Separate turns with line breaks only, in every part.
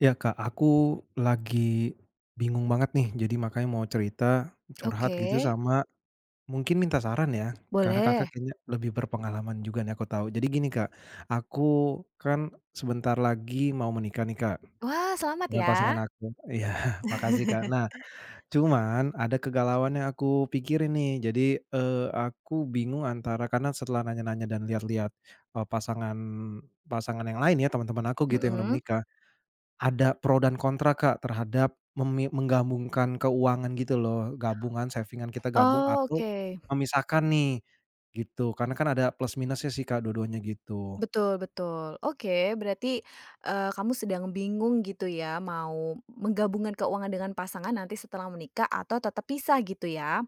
Ya Kak, aku lagi bingung banget nih, jadi makanya mau cerita, curhat
Oke,
gitu sama mungkin minta saran ya, karena Kakak
boleh.
kayaknya lebih berpengalaman juga nih aku tahu. Jadi gini Kak, aku kan sebentar lagi mau menikah nih Kak,
Wah, selamat
dengan
ya.
pasangan aku. Iya, makasih Kak. Nah, cuman ada kegalauan yang aku pikirin nih, jadi, aku bingung antara karena setelah nanya-nanya dan lihat-lihat, pasangan pasangan yang lain ya, teman-teman aku gitu yang udah
Mhm.
menikah. Ada pro dan kontra, Kak, terhadap menggabungkan keuangan gitu loh, gabungan saving-an kita gabung
Oh,
atau
oke.
memisahkan nih, gitu. Karena kan ada plus minusnya sih, Kak, dua-duanya gitu.
Betul betul. Oke, berarti, kamu sedang bingung gitu ya, mau menggabungkan keuangan dengan pasangan nanti setelah menikah atau tetap pisah gitu ya?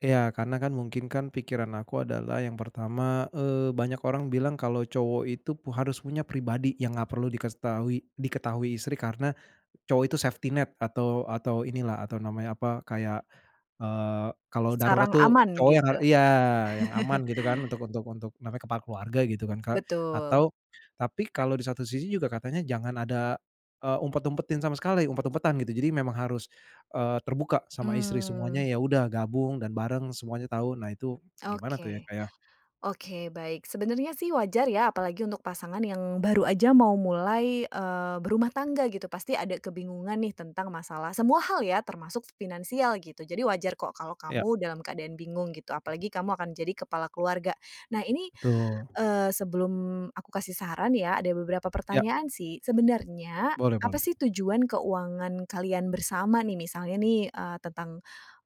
Iya, karena kan mungkin kan pikiran aku adalah yang pertama, banyak orang bilang kalau cowok itu harus punya pribadi yang nggak perlu diketahui diketahui istri karena cowok itu safety net atau inilah, atau namanya apa, kayak kalau darurat
Sarang
tuh
aman
cowok yang
gitu.
iya, yang aman gitu kan untuk namanya kepala keluarga gitu kan, Kak.
Betul.
Atau tapi kalau di satu sisi juga katanya jangan ada, umpet-umpetin sama sekali, umpet-umpetan gitu. Jadi memang harus, terbuka sama istri
Hmm.
semuanya, ya udah gabung dan bareng semuanya tahu. Nah itu gimana tuh ya,
Oke.
Kak, ya?
Oke, baik. Sebenarnya sih wajar ya, apalagi untuk pasangan yang baru aja mau mulai, berumah tangga gitu, pasti ada kebingungan nih tentang masalah semua hal ya, termasuk finansial gitu. Jadi wajar kok kalau
Iya,
kamu dalam keadaan bingung gitu, apalagi kamu akan jadi kepala keluarga. Nah ini
betul.
Eee, sebelum aku kasih saran ya, ada beberapa
Iya,
pertanyaan sih. Sebenarnya,
boleh
apa
boleh.
sih tujuan keuangan kalian bersama nih? Misalnya nih, tentang,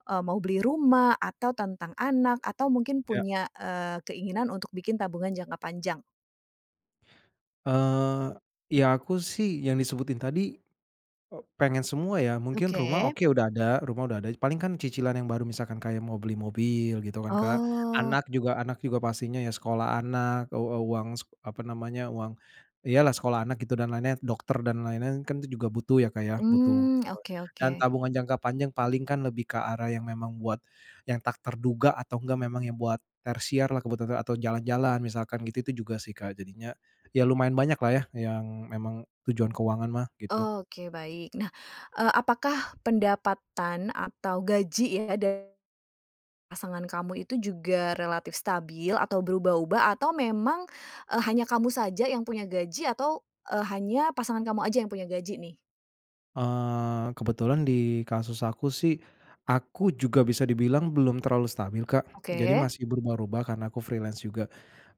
mau beli rumah, atau tentang anak, atau mungkin
Iya,
punya, keinginan untuk bikin tabungan jangka panjang?
eee, ya aku sih yang disebutin tadi. Oh, pengen semua ya, mungkin rumah
Oke.
oke udah ada, rumah udah ada, paling kan cicilan yang baru misalkan kayak mau beli mobil gitu kan, Kak.
Oh,
Anak juga pastinya ya sekolah anak, uang apa namanya, uang iyalah sekolah anak gitu dan lainnya dokter dan lain-lain kan itu juga butuh ya, Kak, ya, butuh.
mmm, oke oke.
Dan tabungan jangka panjang paling kan lebih ke arah yang memang buat yang tak terduga atau enggak memang yang buat tersiar lah kebutuhan atau jalan-jalan misalkan gitu, itu juga sih, Kak. Jadinya ya lumayan banyak lah ya yang memang tujuan keuangan mah, gitu.
Oke, baik. Nah, apakah pendapatan atau gaji ya da pasangan kamu itu juga relatif stabil atau berubah-ubah atau memang, hanya kamu saja yang punya gaji atau, hanya pasangan kamu aja yang punya gaji nih?
Kebetulan di kasus aku sih, aku juga bisa dibilang belum terlalu stabil, Kak. Jadi
Oke.
masih berubah-ubah karena aku freelance juga,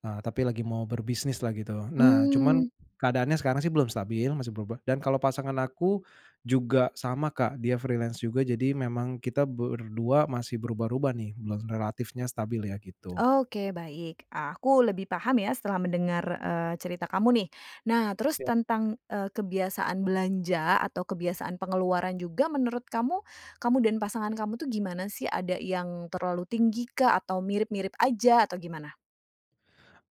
tapi lagi mau berbisnis lah gitu. Nah, cuman
Hmm.
keadaannya sekarang sih belum stabil, masih berubah dan kalau pasangan aku juga sama, Kak, dia freelance juga jadi memang kita berdua masih berubah-ubah nih, belum relatifnya stabil ya gitu.
Oke baik, aku lebih paham ya setelah mendengar, cerita kamu nih. Nah terus tentang, kebiasaan belanja atau kebiasaan pengeluaran juga menurut kamu, kamu dan pasangan kamu tuh gimana sih? Ada yang terlalu tinggi kah? Atau mirip-mirip aja? Atau gimana?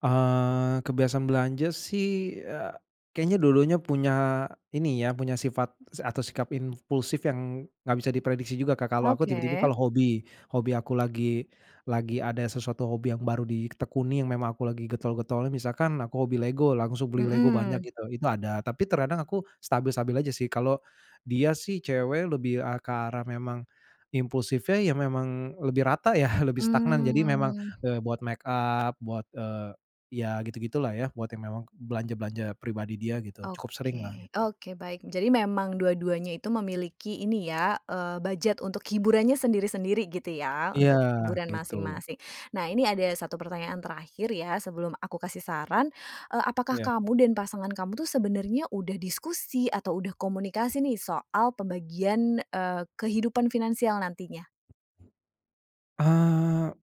Kebiasaan belanja sih, kayaknya dua-duanya punya ini ya, punya sifat atau sikap impulsif yang nggak bisa diprediksi juga, Kak. Kalau aku
Oke,
tiba-tiba kalau hobi, hobi aku lagi ada sesuatu hobi yang baru ditekuni yang memang aku lagi getol-getolnya, misalkan aku hobi Lego, langsung beli Lego banyak
mhm.
gitu, itu ada. Tapi terkadang aku stabil-stabil aja sih. Kalau dia sih cewek lebih, ke arah memang impulsifnya ya memang lebih rata ya, lebih stagnan. Jadi memang,
Mmm,
buat make up, buat, ya gitu-gitulah ya, buat yang memang belanja-belanja pribadi dia gitu, cukup seringlah
oke.
gitu.
Oke baik. Jadi memang dua-duanya itu memiliki ini ya, budget untuk hiburannya sendiri-sendiri gitu ya,
Iya,
untuk hiburan
gitu.
masing-masing. Nah ini ada satu pertanyaan terakhir ya sebelum aku kasih saran, apakah
Iya.
kamu dan pasangan kamu tuh sebenarnya udah diskusi atau udah komunikasi nih soal pembagian, kehidupan finansial nantinya?
Eee,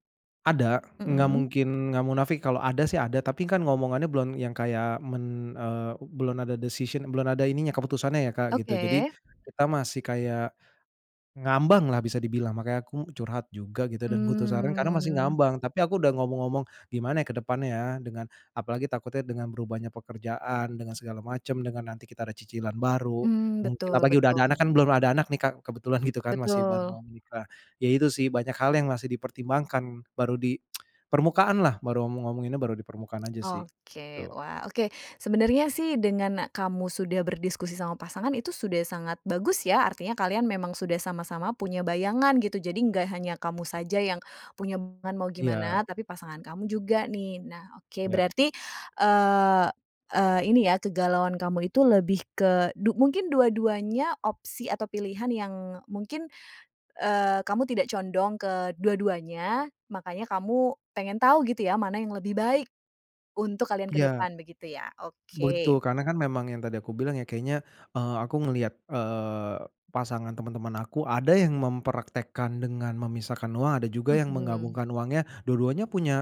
ada, nggak
Mhm,
mungkin nggak munafik kalau ada sih ada, tapi kan ngomongannya belum yang kayak eee, belum ada decision belum ada ininya, keputusannya ya Kak, gitu. Jadi
oke,
kita masih kayak ngambang lah bisa dibilang, makanya aku curhat juga gitu dan butuh saran karena masih
mmm,
ngambang, tapi aku udah ngomong-ngomong gimana ya ke depannya ya dengan apalagi takutnya dengan berubahnya pekerjaan, dengan segala macam, dengan nanti kita ada cicilan baru,
mmm,
mungkin
betul
apalagi udah ada
betul
anak kan belum ada anak nih Kak, kebetulan gitu kan masih baru
betul.
mau menikah. Ya itu sih banyak hal yang masih dipertimbangkan, baru di permukaan lah, baru ngomong-ngomonginnya baru di permukaan aja sih,
Oke,
gitu.
wah, oke. Sebenarnya sih dengan kamu sudah berdiskusi sama pasangan itu sudah sangat bagus ya, artinya kalian memang sudah sama-sama punya bayangan gitu. Jadi nggak hanya kamu saja yang punya bayangan mau
Iya,
gimana, tapi pasangan kamu juga nih. Nah, oke,
iya.
berarti eee eee, ini ya kegalauan kamu itu lebih ke du mungkin dua-duanya opsi atau pilihan yang mungkin, kamu tidak condong ke dua-duanya, makanya kamu pengen tahu gitu ya, mana yang lebih baik untuk kalian ke
Iya.
depan begitu ya?
Betul,
Oke.
karena kan memang yang tadi aku bilang ya kayaknya, aku ngelihat, pasangan teman-teman aku ada yang mempraktekkan dengan memisahkan uang, ada juga yang
Mhm.
menggabungkan uangnya, dua-duanya punya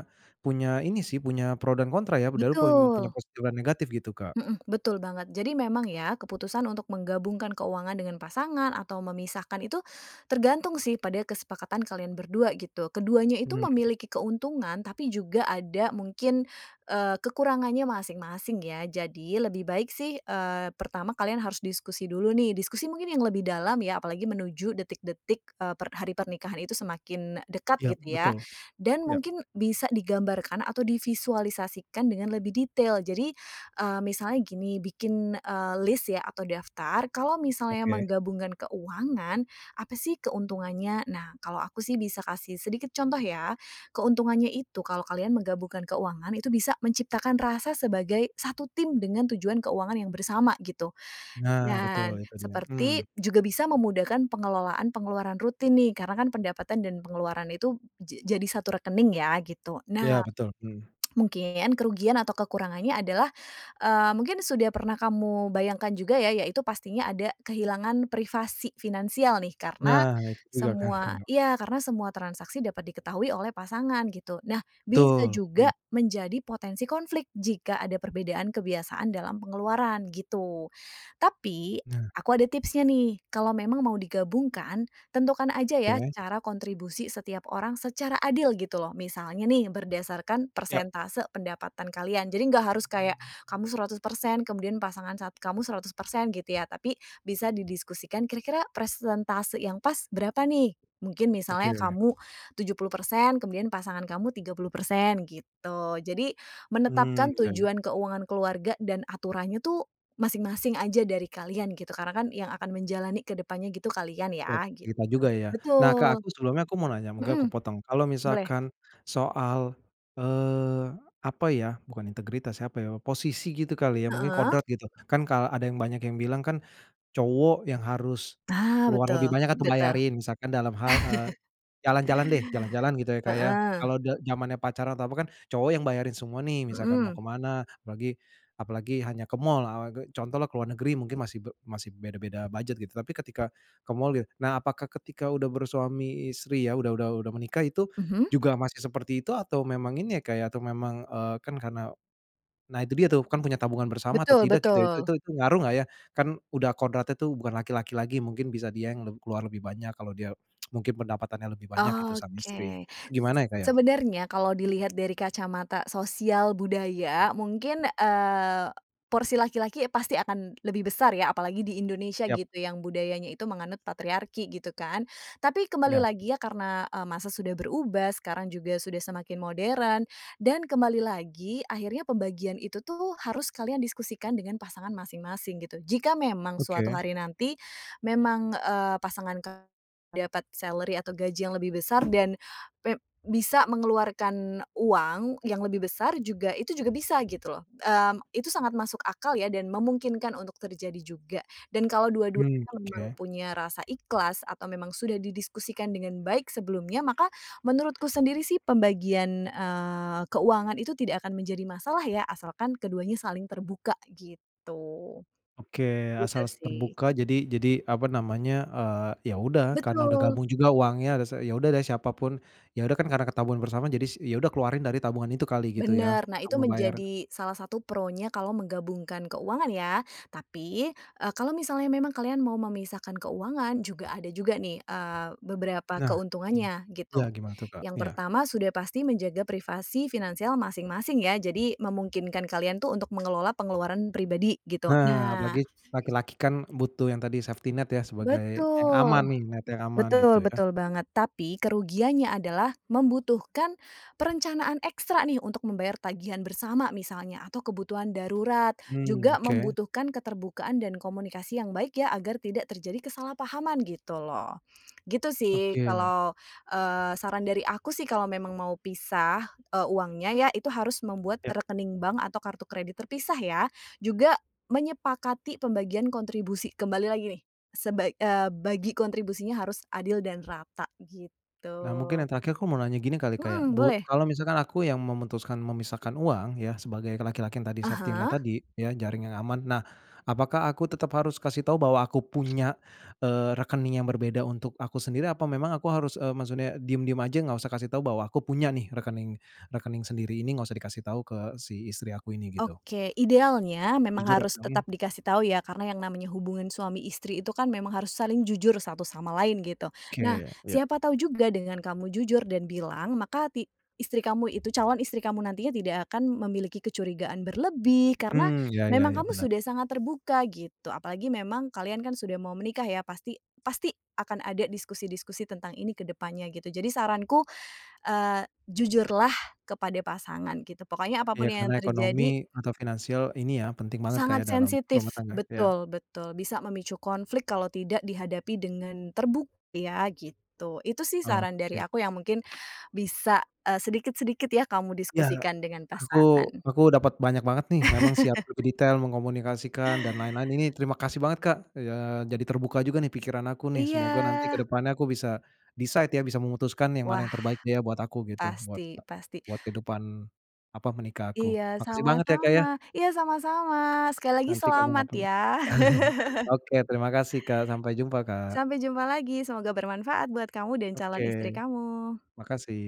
punya ini sih, punya pro dan kontra ya, padahal pun punya
Betul.
positif dan negatif gitu, Kak.
Mhm, betul banget. Jadi memang ya, keputusan untuk menggabungkan keuangan dengan pasangan atau memisahkan itu tergantung sih pada kesepakatan kalian berdua gitu. Keduanya itu
Mhm,
memiliki keuntungan tapi juga ada mungkin, kekurangannya masing-masing ya. Jadi lebih baik sih, pertama kalian harus diskusi dulu nih, diskusi mungkin yang lebih dalam ya, apalagi menuju detik-detik, per hari pernikahan itu semakin dekat
iya
gitu ya.
betul,
Dan
ya
mungkin bisa digambarkan atau divisualisasikan dengan lebih detail. Jadi misalnya gini, bikin, list ya atau daftar, kalau misalnya
oke.
menggabungkan keuangan, apa sih keuntungannya? Nah, kalau aku sih bisa kasih sedikit contoh ya. Keuntungannya itu kalau kalian menggabungkan keuangan, itu bisa menciptakan rasa sebagai satu tim dengan tujuan keuangan yang bersama gitu.
Nah, betul
Dan
itu dia, mmm,
seperti juga bisa memudahkan pengelolaan pengeluaran rutin nih, karena kan pendapatan dan pengeluaran itu ja jadi satu rekening ya, gitu.
iya
Nah,
betul, mhm.
mungkin kerugian atau kekurangannya adalah, mungkin sudah pernah kamu bayangkan juga ya, yaitu pastinya ada kehilangan privasi finansial nih karena
Nah itu juga kan
semua
kalau
iya, karena semua transaksi dapat diketahui oleh pasangan gitu. Nah, bisa
betul, mhm,
juga menjadi potensi konflik jika ada perbedaan kebiasaan dalam pengeluaran gitu. Tapi,
nah
aku ada tipsnya nih, kalau memang mau digabungkan, tentukan aja ya
oke,
cara kontribusi setiap orang secara adil gitu loh. Misalnya nih berdasarkan
ya
persentase pendapatan kalian. Jadi nggak harus kayak kamu 100% kemudian pasangan saat kamu 100% gitu ya. Tapi bisa didiskusikan kira-kira persentase yang pas berapa nih? Mungkin misalnya
oke,
kamu 70%, kemudian pasangan kamu 30% gitu. Jadi
mmm,
menetapkan
ya.
tujuan keuangan keluarga dan aturannya tuh masing-masing aja dari kalian gitu. Karena kan yang akan menjalani ke depannya gitu kalian
Ya,
ya gitu.
cerita
Gitu.
juga ya. Nah, Kak,
Betul,
aku sebelumnya aku mau nanya, mungkin aku
mhm,
potong. Kalau
boleh,
misalkan soal, eee, apa ya, bukan integritas, ya, apa ya, posisi gitu kali ya, mungkin
heeh,
kodrat gitu. Kan ada yang banyak yang bilang kan, cowok yang harus
nah
keluar
betul
lebih banyak atau
betul,
bayarin misalkan dalam hal, jalan-jalan deh, jalan-jalan gitu ya, Kak, ya.
heeh,
Kalau zamannya pacaran atau apa kan cowok yang bayarin semua nih, misalkan mau ke
mhm,
mana, apalagi apalagi hanya ke mall, contohlah ke luar negeri mungkin masih beda-beda budget gitu, tapi ketika ke mall gitu. Nah, apakah ketika udah bersuami istri ya, udah menikah itu
mhm,
juga masih seperti itu atau memang ini ya, Kak, ya, atau memang, kan karena nah itu dia tuh, kan punya tabungan bersama atau
betul
tidak gitu ya,
betul.
itu ngaruh nggak ya? Kan udah kodratnya tuh bukan laki-laki lagi, mungkin bisa dia yang keluar lebih banyak kalau dia mungkin pendapatannya lebih banyak gitu sama istri.
Oke.
Gimana ya, Kak, ya?
Sebenarnya kalau dilihat dari kacamata sosial budaya mungkin, porsi laki-laki pasti akan lebih besar ya, apalagi di Indonesia
Yap,
gitu yang budayanya itu menganut patriarki gitu kan. Tapi kembali
ya,
lagi ya karena, masa sudah berubah, sekarang juga sudah semakin modern dan kembali lagi akhirnya pembagian itu tuh harus kalian diskusikan dengan pasangan masing-masing gitu. Jika memang suatu
oke.
hari nanti memang, pasangan ka dapat salary atau gaji yang lebih besar dan pep bisa mengeluarkan uang yang lebih besar juga itu juga bisa gitu loh, mmm, itu sangat masuk akal ya dan memungkinkan untuk terjadi juga. Dan kalau
Mmm,
dua-duanya memang
oke.
punya rasa ikhlas atau memang sudah didiskusikan dengan baik sebelumnya, maka menurutku sendiri sih pembagian, keuangan itu tidak akan menjadi masalah ya, asalkan keduanya saling terbuka gitu.
Oke, asal
Gitu sih.
terbuka jadi apa namanya, ya udah karena udah
Betul.
gabung juga uangnya ada ya udah deh siapa pun, ya udah kan karena ketabungan bersama jadi ya udah keluarin dari tabungan itu kali gitu ya,
Bener, nah
untuk
itu
membayar.
menjadi salah satu pro-nya kalau menggabungkan keuangan ya. Tapi, kalau misalnya memang kalian mau memisahkan keuangan juga ada juga nih, beberapa
Nah, iya.
keuntungannya
Iya
gitu.
gimana tuh, Kak?
Yang
Iya.
pertama sudah pasti menjaga privasi finansial masing-masing ya, jadi memungkinkan kalian tuh untuk mengelola pengeluaran pribadi gitu.
Nah, apalagi
Nah
laki-laki kan butuh yang tadi safety net ya sebagai yang aman
betul.
nih, net yang aman gitu
Betul
ya.
betul banget, tapi kerugiannya adalah membutuhkan perencanaan ekstra nih untuk membayar tagihan bersama misalnya atau kebutuhan darurat,
Mmm,
juga
oke
membutuhkan keterbukaan dan komunikasi yang baik ya agar tidak terjadi kesalahpahaman gitu loh. Gitu sih
oke,
kalau, saran dari aku sih kalau memang mau pisah, uangnya ya itu harus membuat
ya.
rekening bank atau kartu kredit terpisah ya, juga menyepakati pembagian kontribusi, kembali lagi nih seba bagi kontribusinya harus adil dan rata
Nah mungkin
gitu.
yang terakhir aku mau nanya gini kali Kak ya,
Mhm, boleh.
kalau misalkan aku yang memutuskan memisahkan uang ya sebagai laki-laki yang tadi
Ah
safety net
hah.
tadi ya, jaring yang aman. Nah, apakah aku tetap harus kasih tahu bahwa aku punya, rekening yang berbeda untuk aku sendiri apa memang aku harus, maksudnya diem-diem aja nggak usah kasih tahu bahwa aku punya nih rekening rekening sendiri ini nggak usah dikasih tahu ke si istri aku ini gitu?
Oke, idealnya memang
Jujur ya,
harus
mmm,
tetap dikasih tahu ya, karena yang namanya hubungan suami istri itu kan memang harus saling jujur satu sama lain gitu. Nah,
oke, iya,
siapa tahu juga dengan kamu jujur dan bilang, maka ti istri kamu itu calon istri kamu nantinya tidak akan memiliki kecurigaan berlebih karena
mmm, ya ya
memang
ya,
kamu
benar.
sudah sangat terbuka gitu. Apalagi memang kalian kan sudah mau menikah ya, pasti pasti akan ada diskusi-diskusi tentang ini ke depannya gitu. Jadi saranku, eee, jujurlah kepada pasangan gitu. Pokoknya
Iya,
apapun yang
karena ekonomi
terjadi
atau finansial ini ya, penting banget Kak,
sangat
ya dalam rumah
sensitif,
tangga, ya.
betul betul, bisa memicu konflik kalau tidak dihadapi dengan terbukti ya, gitu. Itu sih saran dari
Oke.
aku yang mungkin bisa, sedikit-sedikit ya kamu
Ya,
diskusikan dengan
aku
pasangan.
aku dapat banyak banget nih, memang sih harus lebih detail mengkomunikasikan dan lain-lain. Ini terima kasih banget Kak, ya jadi terbuka juga nih pikiran aku nih,
Iya,
semoga nanti ke depannya aku bisa decide ya, bisa memutuskan yang mana
wah
yang terbaik ya buat aku gitu, buat
pasti pasti.
buat kehidupan, apa, menikah aku.
Iya,
Makasih banget ya Kak,
sama-sama.
ya.
Iya sama-sama, sekali lagi
Nanti
selamat
kapan-kapan.
ya.
Oke, terima kasih, Kak. Sampai jumpa, Kak.
Sampai jumpa lagi, semoga bermanfaat buat kamu dan
Oke,
calon istri kamu.
makasih.